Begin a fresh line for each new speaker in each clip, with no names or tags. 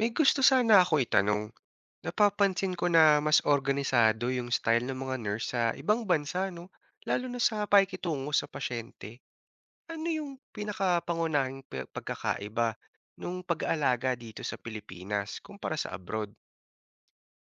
May gusto sana ako itanong. Napapansin ko na mas organisado yung style ng mga nurse sa ibang bansa, no? Lalo na sa pakikitungo sa pasyente. Ano yung pinakapangunahing pagkakaiba nung pag-aalaga dito sa Pilipinas kumpara sa abroad?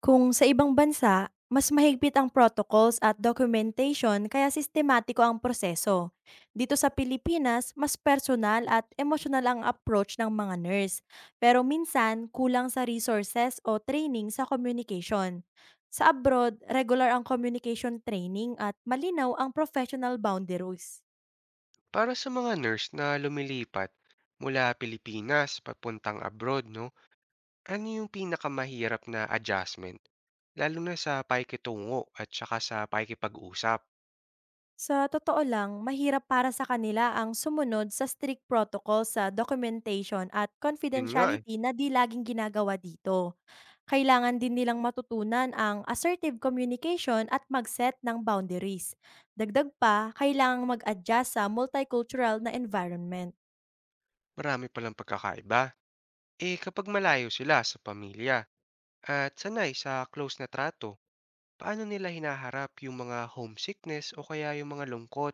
Kung sa ibang bansa, mas mahigpit ang protocols at documentation kaya sistematiko ang proseso. Dito sa Pilipinas, mas personal at emotional ang approach ng mga nurse. Pero minsan, kulang sa resources o training sa communication. Sa abroad, regular ang communication training at malinaw ang professional boundaries.
Para sa mga nurse na lumilipat mula Pilipinas papuntang abroad, no? Ano yung pinakamahirap na adjustment? Lalo na sa pakikitungo at saka sa pakikipag-usap.
Sa totoo lang, mahirap para sa kanila ang sumunod sa strict protocol sa documentation at
Yun nga eh.
confidentiality na di laging ginagawa dito. Kailangan din nilang matutunan ang assertive communication at mag-set ng boundaries. Dagdag pa, kailangang mag-adjust sa multicultural na environment.
Marami palang pagkakaiba. Eh kapag malayo sila sa pamilya at sanay sa close na trato, paano nila hinaharap yung mga homesickness o kaya yung mga lungkot?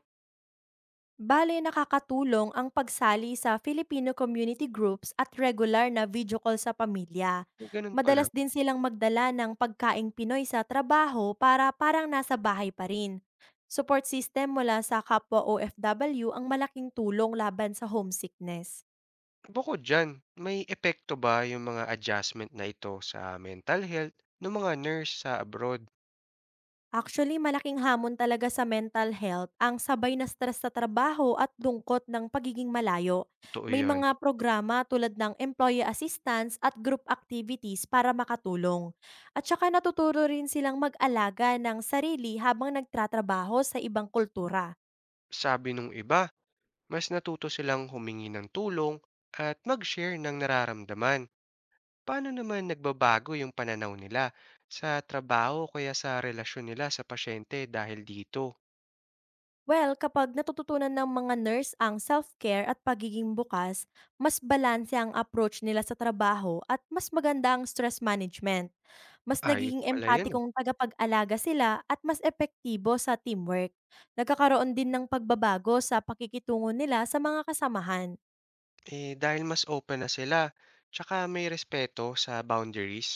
Bale, nakakatulong ang pagsali sa Filipino community groups at regular na video call sa pamilya.
Eh, ganun pala.
Madalas din silang magdala ng pagkaing Pinoy sa trabaho para parang nasa bahay pa rin. Support system mula sa kapwa OFW ang malaking tulong laban sa homesickness.
Bukod dyan, may epekto ba yung mga adjustment na ito sa mental health ng mga nurse sa abroad?
Actually, malaking hamon talaga sa mental health ang sabay na stress sa trabaho at lungkot ng pagiging malayo.
Totoo
May
yun.
mga programa tulad ng employee assistance at group activities para makatulong. At saka natuturo rin silang mag-alaga ng sarili habang nagtratrabaho sa ibang kultura.
Sabi nung iba, mas natuto silang humingi ng tulong at mag-share ng nararamdaman. Paano naman nagbabago yung pananaw nila sa trabaho o kaya sa relasyon nila sa pasyente dahil dito?
Well, kapag natututunan ng mga nurse ang self-care at pagiging bukas, mas balanse ang approach nila sa trabaho at mas maganda ang stress management. Mas
Ayos
nagiging
pala yan eh.
empatikong tagapag-alaga sila at mas epektibo sa teamwork. Nagkakaroon din ng pagbabago sa pakikitungo nila sa mga kasamahan.
Eh, dahil mas open na sila, tsaka may respeto sa boundaries,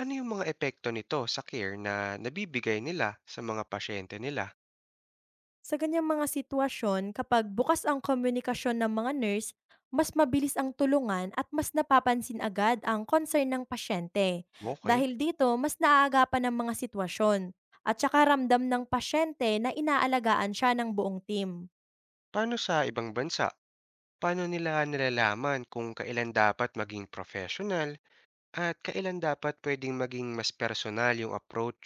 ano yung mga epekto nito sa care na nabibigay nila sa mga pasyente nila?
Sa ganyang mga sitwasyon, kapag bukas ang komunikasyon ng mga nurse, mas mabilis ang tulungan at mas napapansin agad ang concern ng pasyente.
Okay.
Dahil dito, mas naaagapan ng mga sitwasyon at saka ramdam ng pasyente na inaalagaan siya ng buong team.
Paano sa ibang bansa? Paano nila nilalaman kung kailan dapat maging professional at kailan dapat pwedeng maging mas personal yung approach?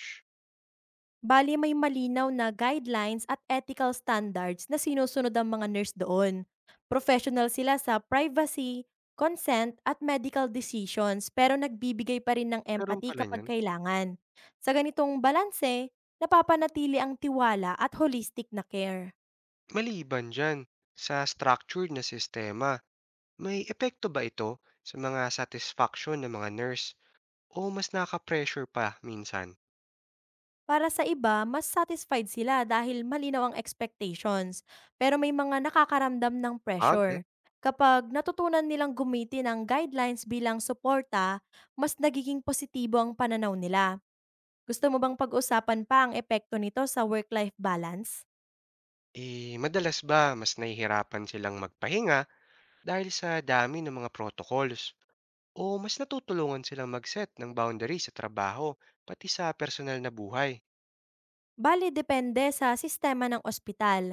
Bale may malinaw na guidelines at ethical standards na sinusunod ang mga nurse doon. Professional sila sa privacy, consent, at medical decisions pero nagbibigay pa rin ng
Karoon
empathy
pala
kapag
niyan.
kailangan. Sa ganitong balanse, napapanatili ang tiwala at holistic na care.
Maliban diyan sa structured na sistema, may epekto ba ito sa mga satisfaction ng mga nurse o mas nakaka pa minsan?
Para sa iba, mas satisfied sila dahil malinaw ang expectations, pero may mga nakakaramdam ng
Okay.
pressure. Kapag natutunan nilang gumiti ng guidelines bilang suporta, mas nagiging positibo ang pananaw nila. Gusto mo bang pag-usapan pa ang epekto nito sa work-life balance?
Eh, madalas ba mas nahihirapan silang magpahinga dahil sa dami ng mga protocols? O mas natutulungan silang mag-set ng boundaries sa trabaho pati sa personal na buhay?
Bali depende sa sistema ng ospital.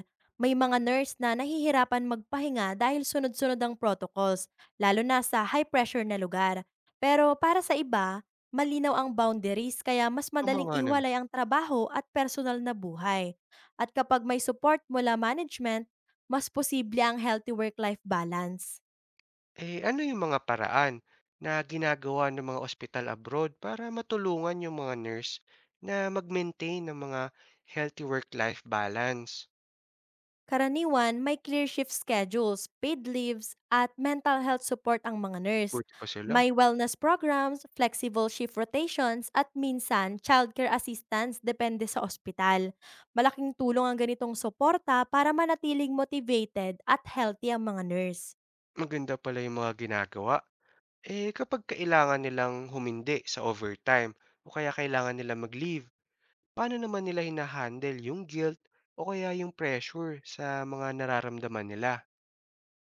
May mga nurse na nahihirapan magpahinga dahil sunod-sunod ang protocols, lalo na sa high-pressure na lugar. Pero para sa iba, malinaw ang boundaries kaya mas
Ang
madaling
mga naman.
iwalay ang trabaho at personal na buhay. At kapag may support mula management, mas posible ang healthy work-life balance.
Eh, ano yung mga paraan na ginagawa ng mga ospital abroad para matulungan yung mga nurse na mag-maintain ng mga healthy work-life balance?
Karaniwan, may clear shift schedules, paid leaves, at mental health support ang mga nurse.
Buti pa sila.
May wellness programs, flexible shift rotations, at minsan, childcare assistance depende sa ospital. Malaking tulong ang ganitong suporta para manatiling motivated at healthy ang mga nurse.
Maganda pala yung mga ginagawa. Eh, kapag kailangan nilang humindi sa overtime o kaya kailangan nila mag-leave, paano naman nila hinahandle yung guilt o kaya yung pressure sa mga nararamdaman nila?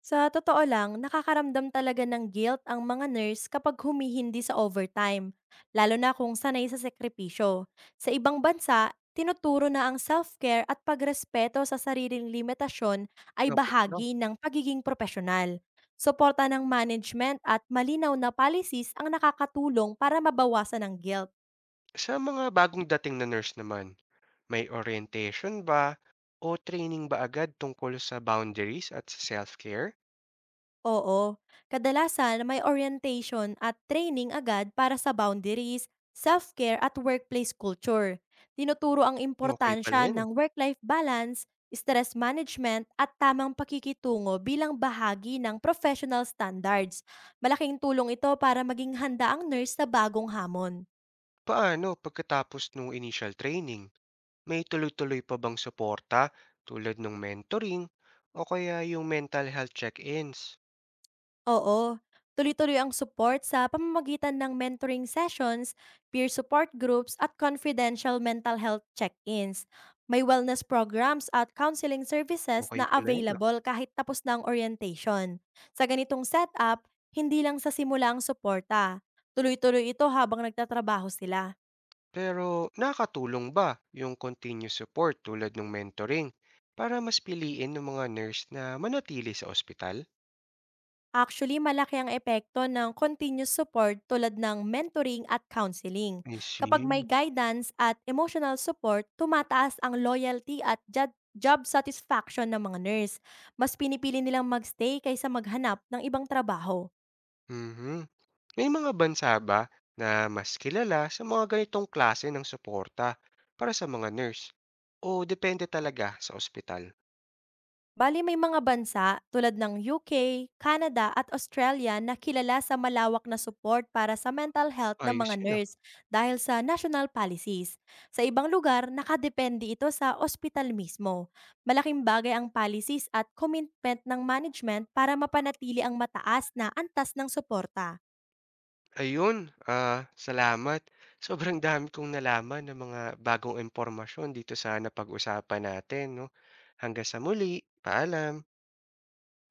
Sa totoo lang, nakakaramdam talaga ng guilt ang mga nurse kapag humihindi sa overtime, lalo na kung sanay sa sekripisyo. Sa ibang bansa, tinuturo na ang self-care at pagrespeto sa sariling limitasyon ay
Dapat lang.
bahagi ng pagiging profesional. Suporta ng management at malinaw na policies ang nakakatulong para mabawasan ang guilt.
Sa mga bagong dating na nurse naman, may orientation ba o training ba agad tungkol sa boundaries at sa self-care?
Oo. Kadalasan, may orientation at training agad para sa boundaries, self-care at workplace culture. Tinuturo ang
Okey pala
importansya
yan, ah.
ng work-life balance, stress management at tamang pakikitungo bilang bahagi ng professional standards. Malaking tulong ito para maging handa ang nurse sa bagong hamon.
Paano pagkatapos nung initial training, may tuloy-tuloy pa bang suporta tulad ng mentoring o kaya yung mental health check-ins?
Oo, tuloy-tuloy ang support sa pamamagitan ng mentoring sessions, peer support groups at confidential mental health check-ins. May wellness programs at counseling services
Okey
na
pala yan, ah.
available kahit tapos na ang orientation. Sa ganitong setup, hindi lang sa simula ang suporta. Tuloy-tuloy ito habang nagtatrabaho sila.
Pero nakatulong ba yung continuous support tulad ng mentoring para mas piliin ng mga nurse na manatili sa ospital?
Actually, malaki ang epekto ng continuous support tulad ng mentoring at counseling.
I
Kapag may
see.
guidance at emotional support, tumataas ang loyalty at job satisfaction ng mga nurse. Mas pinipili nilang magstay kaysa maghanap ng ibang trabaho.
Mhm. May mga bansa ba na mas kilala sa mga ganitong klase ng suporta para sa mga nurse? O depende talaga sa ospital?
Bali may mga bansa tulad ng UK, Canada at Australia na kilala sa malawak na support para sa mental health ng
Ayos
mga
yun ah.
nurse dahil sa national policies. Sa ibang lugar, nakadepende ito sa ospital mismo. Malaking bagay ang policies at commitment ng management para mapanatili ang mataas na antas ng suporta.
Ayun, ah, salamat. Sobrang dami kong nalaman ng mga bagong impormasyon dito sa napag-usapan natin. No? Hanggang sa muli, paalam.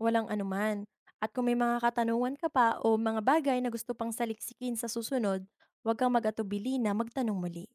Walang anuman. At kung may mga katanungan ka pa o mga bagay na gusto pang saliksikin sa susunod, huwag kang mag-atubili na magtanong muli.